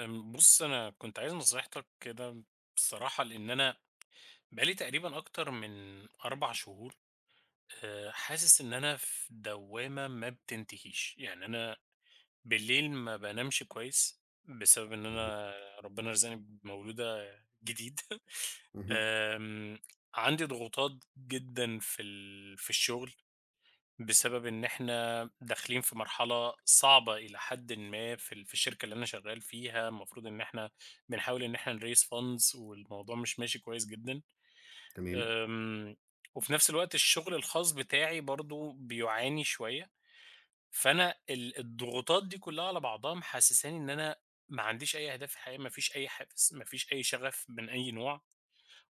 بص انا كنت عايز نصيحتك كده بصراحة لان انا بقالي تقريبا اكتر من 4 شهور. حاسس ان انا في دوامة ما بتنتهيش، يعني انا بالليل ما بنامش كويس بسبب ان تمام. انا ربنا رزقني بمولودة جديد. اهم. أم، عندي ضغوطات جدا في الشغل بسبب إن إحنا داخلين في مرحلة صعبة إلى حدٍ ما في في الشركة اللي أنا شغال فيها. المفروض إن إحنا بنحاول إن إحنا نraise funds والموضوع مش ماشي كويس جدًا، تمام. آمم، وفي نفس الوقت الشغل الخاص بتاعي برضه بيعاني شوية. فأنا الضغوطات دي كلها على بعضها محسساني إن أنا ما عنديش أي أهداف في الحياة، ما فيش أي حافز، ما فيش أي شغف من أي نوع.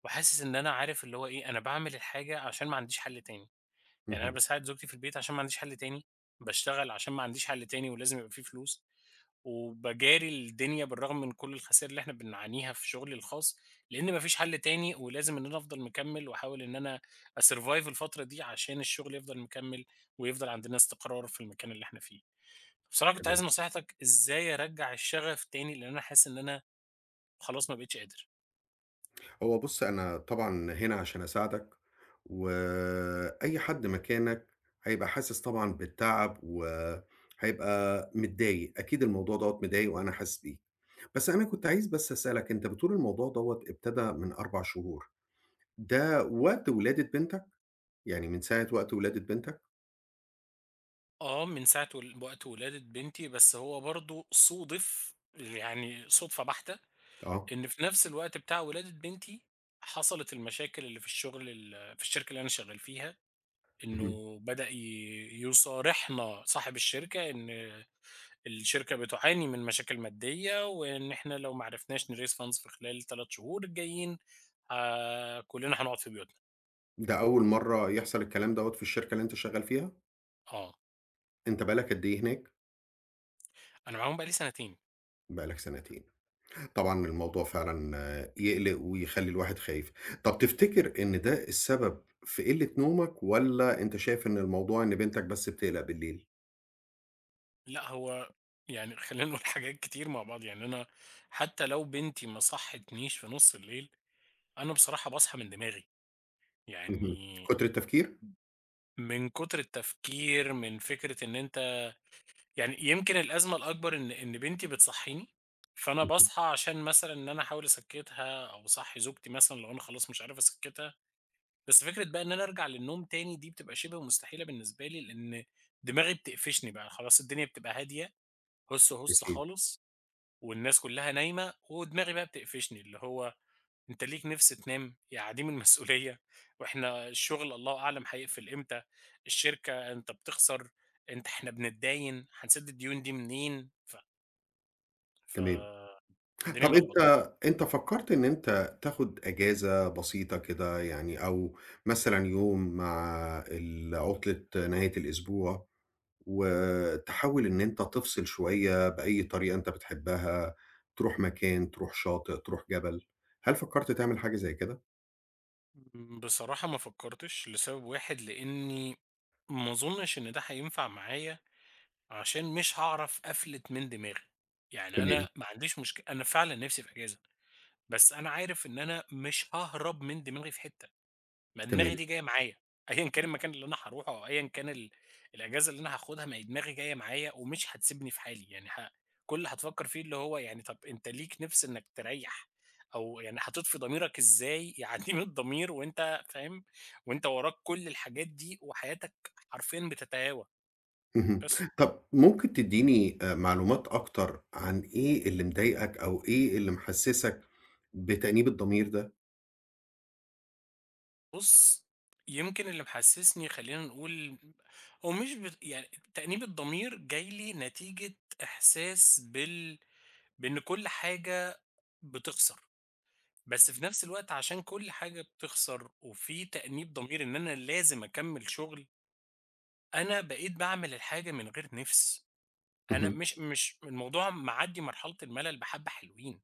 وحاسس إن أنا عارف اللي هو إيه، أنا باعمل الحاجة عشان ما عنديش حل تاني. يعني أنا اهم. باساعد زوجتي في البيت عشان ما عنديش حل تاني، باشتغل عشان ما عنديش حل تاني ولازم يبقى في فلوس، وباجاري الدنيا بالرغم من كل الخسائر اللي إحنا بنعانيها في شغلي الخاص، لإن ما فيش حل تاني ولازم إن أنا أفضل مكمّل وأحاول إن أنا أsurvive الفترة دي عشان الشغل يفضل مكمّل ويفضل عندنا استقرار في المكان اللي إحنا فيه. بصراحة كنت عايز تمام. نصيحتك إزاي أرجّع الشغف تاني، لإن أنا حاسس إن أنا خلاص ما بقيتش قادر. هو بُص، أنا طبعًا هنا عشان أساعدك، وأي حد مكانك هيبقى حاسس طبعًا بالتعب، وهيبقى متضايق، أكيد الموضوع دوّة مضايقه وأنا حاسس بيك. بس أنا كنت عايز بس أسألك، أنت بتقول الموضوع دوّة ابتدى من 4 شهور، ده وقت ولادة بنتك؟ يعني من ساعة وقت ولادة بنتك؟ آه، من ساعة وقت ولادة بنتي، بس هو برضه صُودِف، يعني صُدفة بحتة آه. إن في نفس الوقت بتاع ولادة بنتي، حصلت المشاكل اللي في الشغل في الشركة اللي أنا شغال فيها، اهم. إنه بدأ ي يصارحنا صاحب الشركة إن الشركة بتعاني من مشاكل مادية، وإن إحنا لو ما عرفناش نraise funds في خلال ال3 شهور الجايين كلنا هنقعد في بيوتنا. ده أول مرّة يحصل الكلام دوّة في الشركة اللي أنت شغال فيها؟ آه، أنت بقى لك قد إيه هناك؟ أنا معاهم بقى لي سنتين. بقى لك سنتين. طبعًا الموضوع فعلًا يقلق ويخلّي الواحد خايف. طب تفتكر إن ده السبب في قِلّة نومك والّا أنت شايف إن الموضوع إن بنتك بس بتقلق بالليل؟ لأ هو يعني خلّينا نقول حاجات كتير مع بعض، يعني أنا حتى لو بنتي ما صحتنيش في نُص الليل، أنا بصراحة باصحى من دماغي، اهم، يعني كتر التفكير؟ من كتر التفكير، من فكرة إن أنت يعني يمكن الأزمة الأكبر إن بنتي بتصحّيني، فأنا اهم، باصحى عشان مثلًا إن أنا أحاول أسكّتها أو أصحّي زوجتي مثلًا لو أنا خلاص مش عارف أسكّتها. بس فكرة بقى إن أنا أرجع للنوم تاني دي بتبقى شِبه مستحيلة بالنسبة لي، لإن دماغي بتقفشني بقى، خلاص الدنيا بتبقى هادية، هُس، هُس أكيد، خالص، والناس كُلّها نايمة ودماغي بقى بتقفشني، اللي هو أنت ليك نِفْس تنام، يا عديم المسؤولية، وإحنا الشغل الله أعلم هيقفل إمتى، الشركة أنت بتخسر، أنت إحنا بنتداين، هنسدّد الديون دي منين؟ ف ف تمام. فالدنيا طب أنت ملخبطة. أنت فكّرت إن أنت تاخد إجازة بسيطة كده يعني أو مثلًا يوم مع عُطلة نهاية الأسبوع؟ وتحاول إن أنت تفصل شوية بأي طريقة أنت بتحبها، تروح مكان، تروح شاطئ، تروح جبل. هل فكرت تعمل حاجة زي كده؟ بصراحة ما فكّرتش لسبب واحد، لإنّي ما أظُنّش إن ده هينفع معايا عشان مش هاعرف أفلِت من دماغي. يعني تمام، أنا ما عنديش أنا فعلًا نِفْسي في إجازة، بس أنا عارف إن أنا مش هاهرب من دماغي في حتّة. ما دماغي تمام. دي جاية معايا، أيًا كان المكان اللي أنا هاروحه أو أيًا كان الأجازة اللي أنا هاخدها، ما هي دماغي جاية معايا ومش هتسيبني في حالي، يعني كل اللي هتفكر فيه اللي هو يعني طب أنت ليك نِفْس إنك تريّح أو يعني هتطفي ضميرك إزاي. يعدِّيم الضمير وأنت فاهم، وأنت وراك كل الحاجات دي وحياتك حرفيًا بتتهاوى، اهم. بس. طب ممكن تدّيني معلومات أكتر عن إيه اللي مضايقك أو إيه اللي محسسك بتأنيب الضمير ده؟ بُص، يمكن اللي محسّسني خلّينا نقول هو مش بت يعني تأنيب الضمير جاي لي نتيجة إحساس بإن كل حاجة بتخسر، بس في نفس الوقت عشان كل حاجة بتخسر وفي تأنيب ضمير إن أنا لازم أكمّل شغل، أنا بقيت باعمل الحاجة من غير نِفْس. أنا اهم، مش الموضوع معدّي مرحلة الملل بحبّة حلوين،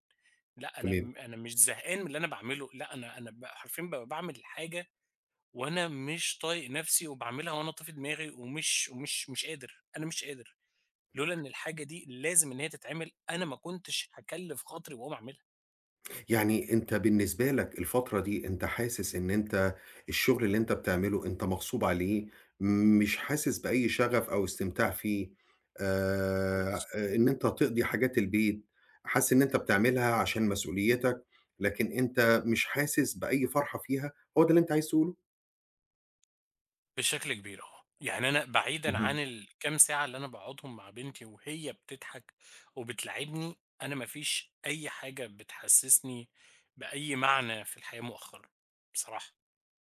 لأ أنا تمام. أنا مش زهقان من اللي أنا باعمله، لأ أنا أنا حرفيًا بابقى باعمل الحاجة وأنا مش طايق نَفْسي وباعملها وأنا طافي دماغي ومش ومش مش قادر، أنا مش قادر. لولا إن الحاجة دي لازم إن هي تتعمل، أنا ما كنتش هاكلِّف خاطري وأقوم أعملها يعني أنت بالنسبة لك الفترة دي أنت حاسس إن أنت الشغل اللي أنت بتعمله أنت مغصوب عليه، مش حاسس بأي شغف أو استمتاع فيه، آآ خالص. إن أنت تقضي حاجات البيت، حاسس إن أنت بتعملها عشان مسؤوليتك، لكن أنت مش حاسس بأي فرحة فيها، هو ده اللي أنت عايز تقوله؟ بشكل كبير آه. يعني أنا بعيدًا عن الكام ساعة اللي أنا باقعدهم مع بنتي وهي بتضحك وبتلاعبني، أنا ما فيش أي حاجة بتحسسني بأي معنى في الحياة مؤخرًا، بصراحة.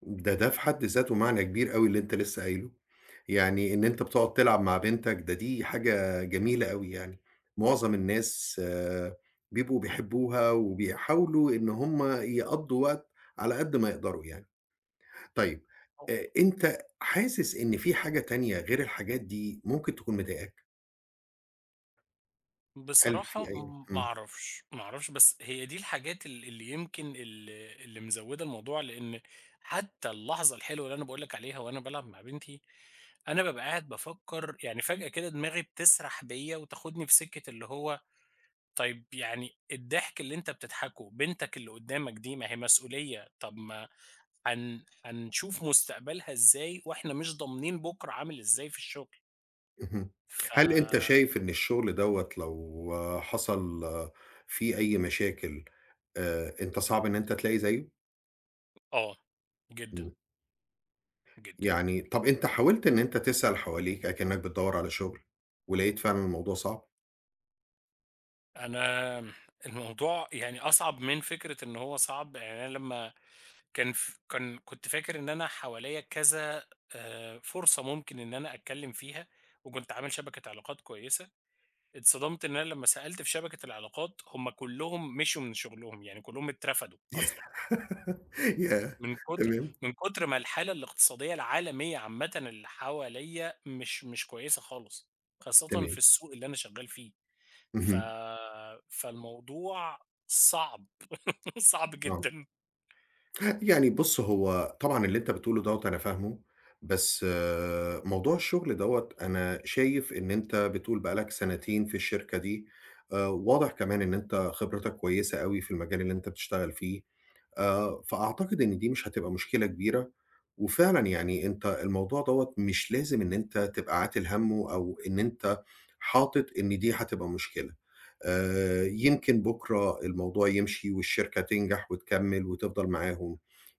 ده في حد ذاته معنى كبير أوي اللي أنت لسه قايله، يعني إن أنت بتقعد تلعب مع بنتك ده دي حاجة جميلة أوي يعني، معظم الناس بيبقوا بيحبوها وبيحاولوا إن هم يقضّوا وقت على قد ما يقدروا يعني. طيب آه. أنت حاسس إن في حاجة تانية غير الحاجات دي ممكن تكون مضايقاك؟ هل في بصراحة أي ما أعرفش، ما أعرفش، بس هي دي الحاجات اللي يمكن اللي مزوّدة الموضوع، لإن حتى اللحظة الحلوة اللي أنا باقول لك عليها وأنا بالعب مع بنتي، أنا بابقى قاعد بافكر، يعني فجأة كده دماغي بتسرح بيّا وتاخدني في سكة اللي هو طيب، يعني الضحك اللي أنت بتضحكه، بنتك اللي قدّامك دي ما هي مسؤولية، طب ما هنشوف مستقبلها إزاي وإحنا مش ضامنين بُكرة عامل إزاي في الشغل، اهم، ف. هل أنت شايف إن الشغل دوّة لو حصل فيه أي مشاكل أنت صعب إن أنت تلاقي زيه؟ آه، جدًا، إمم. جدًا. يعني طَب أنت حاولت إن أنت تسأل حواليك أكنّك بتدوّر على شغل، ولقيت فعلًا الموضوع صعب؟ أنا الموضوع يعني أصعب من فكرة إن هو صعب، يعني أنا لمّا كان ف كان كنت فاكر إن أنا حواليّا كذا فرصة ممكن إن أنا أتكلّم فيها، وكنت عامل شبكة علاقات كويسة. اتصدمت إن أنا لمّا سألت في شبكة العلاقات، هم كلّهم مشيوا من شغلهم، يعني كلّهم اترفدوا أصلًا، ياه! من كتر تمام، من كتر ما الحالة الاقتصادية العالمية عامةً اللي حواليّا مش كويسة خالص، خاصةً في تمام. السوق اللي أنا شغال فيه، ف اهم، فالموضوع صعب، صعب آه. جدًا. يعني بُص، هو طبعًا اللي أنت بتقوله دوّة أنا فاهمه، بس موضوع الشغل دوّة أنا شايف إن أنت بتقول بقى لك سنتين في الشركة دي، واضح كمان إن أنت خبرتك كويسة أوي في المجال اللي أنت بتشتغل فيه. فأعتقد إن دي مش هتبقى مشكلة كبيرة، وفعلًا يعني أنت الموضوع دوّة مش لازم إن أنت تبقى عاتل هَمّه أو إن أنت حاطط إن دي هتبقى مشكلة، يمكن بُكرة الموضوع يمشي والشركة تنجح وتكمّل وتفضل معاهم،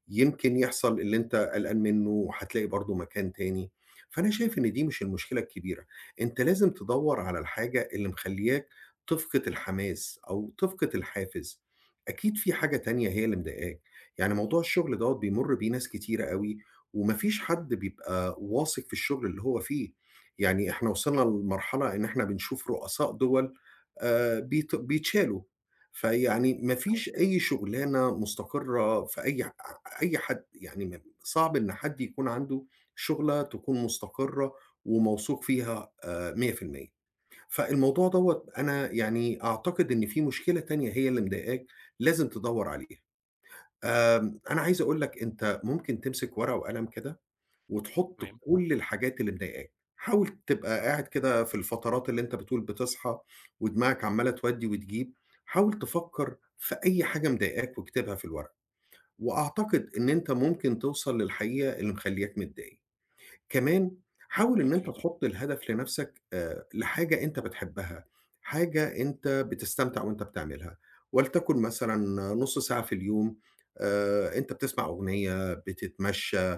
يمكن يحصل اللي أنت قلقان منّه وهتلاقي برضه مكان تاني، فأنا شايف إن دي مش المشكلة الكبيرة، أنت لازم تدوّر على الحاجة اللي مخلّياك تفقد الحماس أو تفقد الحافز، أكيد في حاجة تانية هي اللي مضايقاك، يعني موضوع الشغل دوّة بيمُر بيه ناس كتيرة أوي، وما فيش حد بيبقى واثق في الشغل اللي هو فيه، يعني إحنا وصلنا لمرحلة إن إحنا بنشوف رؤساء دُوَل بيتشالوا، فيعني ما أيوه، فيش أي شغلانة مستقرة في أي حد، يعني صعب إن حد يكون عنده شغلة تكون مستقرة وموثوق فيها 100%. فالموضوع دوّة أنا يعني أعتقد إن في مشكلة تانية هي اللي مضايقاك، لازم تدوّر عليها. أنا عايز أقول لك أنت ممكن تمسك ورقة وقلم كده، وتحط تمام، كل الحاجات اللي مضايقاك. حاول تبقى قاعد كده في الفترات اللي أنت بتقول بتصحى ودماغك عمّالة تودّي وتجيب، حاول تفكّر في أي حاجة مضايقاك واكتبها في الورقة، وأعتقد إن أنت ممكن توصل للحقيقة اللي مخلّياك متضايق. كمان حاول إن أنت أوكي. تحُط الهدف لنَفْسك لحاجة أنت بتحبها، حاجة أنت بتستمتع وأنت بتعملها، ولتكن مثلًا نُص ساعة في اليوم أنت بتسمع أغنية، بتتمشّى،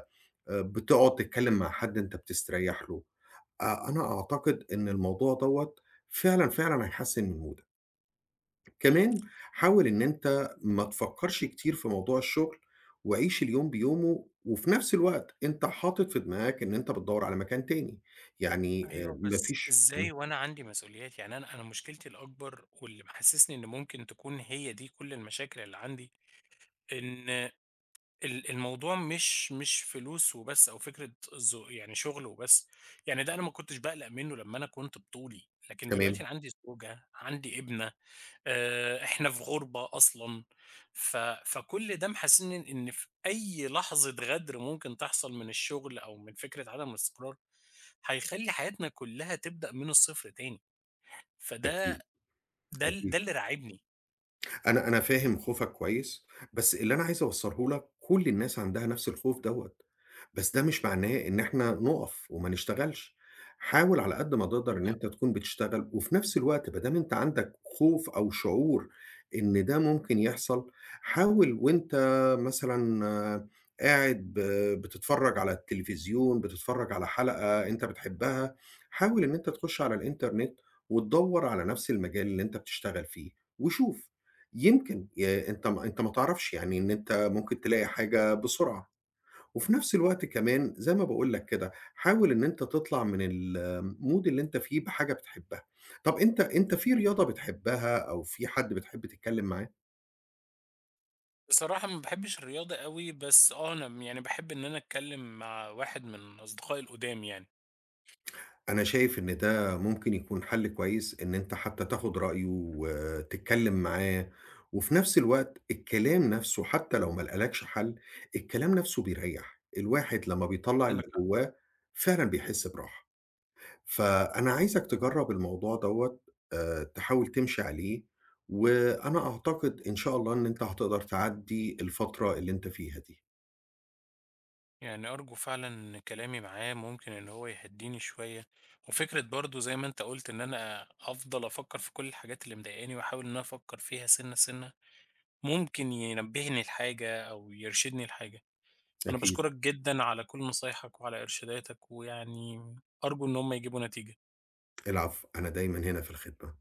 بتقعد تتكلّم مع حد أنت بتستريّح له. أنا أعتقد إن الموضوع دوّة فعلًا، فعلًا هيحسّن من مودك. كمان حاول إن أنت ما تفكّرش كتير في موضوع الشغل، وعيش اليوم بيومه، وفي نفس الوقت أنت حاطط في دماغك إن أنت بتدوّر على مكان تاني، يعني أيوه، ما بس فيش إزاي وأنا عندي مسؤوليات؟ يعني أنا مشكلتي الأكبر واللي محسسني إن ممكن تكون هي دي كل المشاكل اللي عندي، إن الموضوع مش فلوس وبس، أو فكرة يعني شغل وبس. يعني ده أنا ما كنتش باقلق منه لمّا أنا كنت بطولي، لكن دلوقتي تمام، أنا عندي زوجة، عندي ابنة، إحنا في غُربة أصلًا، ف فكل ده محسسني إن في أي لحظة غدر ممكن تحصل من الشغل أو من فكرة عدم الاستقرار، هيخلّي حياتنا كلّها تبدأ من الصفر تاني. فده أكيد، ده أكيد. اللي راعبني. أنا فاهم خوفك كويس، بس اللي أنا عايز أوصّله لك كل الناس عندها نفس الخوف دوّة، بس ده مش معناه إن إحنا نُقف وما نشتغلش، حاول على قد ما تقدر إن أنت تكون بتشتغل، وفي نفس الوقت ما دام أنت عندك خوف أو شعور إن ده ممكن يحصل، حاول وأنت مثلًا قاعد بتتفرّج على التلفزيون، بتتفرّج على حلقة أنت بتحبها، حاول إن أنت تخش على الإنترنت وتدوّر على نفس المجال اللي أنت بتشتغل فيه وشوف. يمكن أنت ما تعرفش، يعني إن أنت ممكن تلاقي حاجة بسرعة، وفي نفس الوقت كمان زي ما باقول لك كده، حاول إن أنت تطلع من الmood اللي أنت فيه بحاجة بتحبها. طب أنت في رياضة بتحبها أو في حد بتحب تتكلم معاه؟ بصراحة ما باحبش الرياضة أوي، بس آه، أنا يعني باحب إن أنا أتكلّم مع واحد من أصدقائي القُدام يعني. أنا شايف إن ده ممكن يكون حل كويس إن أنت حتى تاخد رأيه وتتكلم معاه، وفي نفس الوقت الكلام نفسه حتى لو ما لقالكش حل، الكلام نفسه بيريّح، الواحد لمّا بيطلّع اللي عندك حق، جواه فعلًا بيحس براحة. فأنا عايزك تجرّب الموضوع دوّة تحاول تمشي عليه، وأنا أعتقد إن شاء الله إن أنت هتقدر تعدّي الفترة اللي أنت فيها دي. يعني أرجو فعلًا إن كلامي معاه ممكن إن هو يهدّيني شوية. وفكرة برضه زي ما أنت قُلت إن أنا أفضل أفكّر في كل الحاجات اللي مضايقاني وأحاول إن أنا أفكّر فيها سِنّة، سِنّة، ممكن ينبّهني لحاجة أو يرشدني لحاجة. أنا أكيد، باشكرك جدًا على كل نصايحك وعلى إرشاداتك، ويعني أرجو إن هم يجيبوا نتيجة. العفو، أنا دايمًا هنا في الخدمة.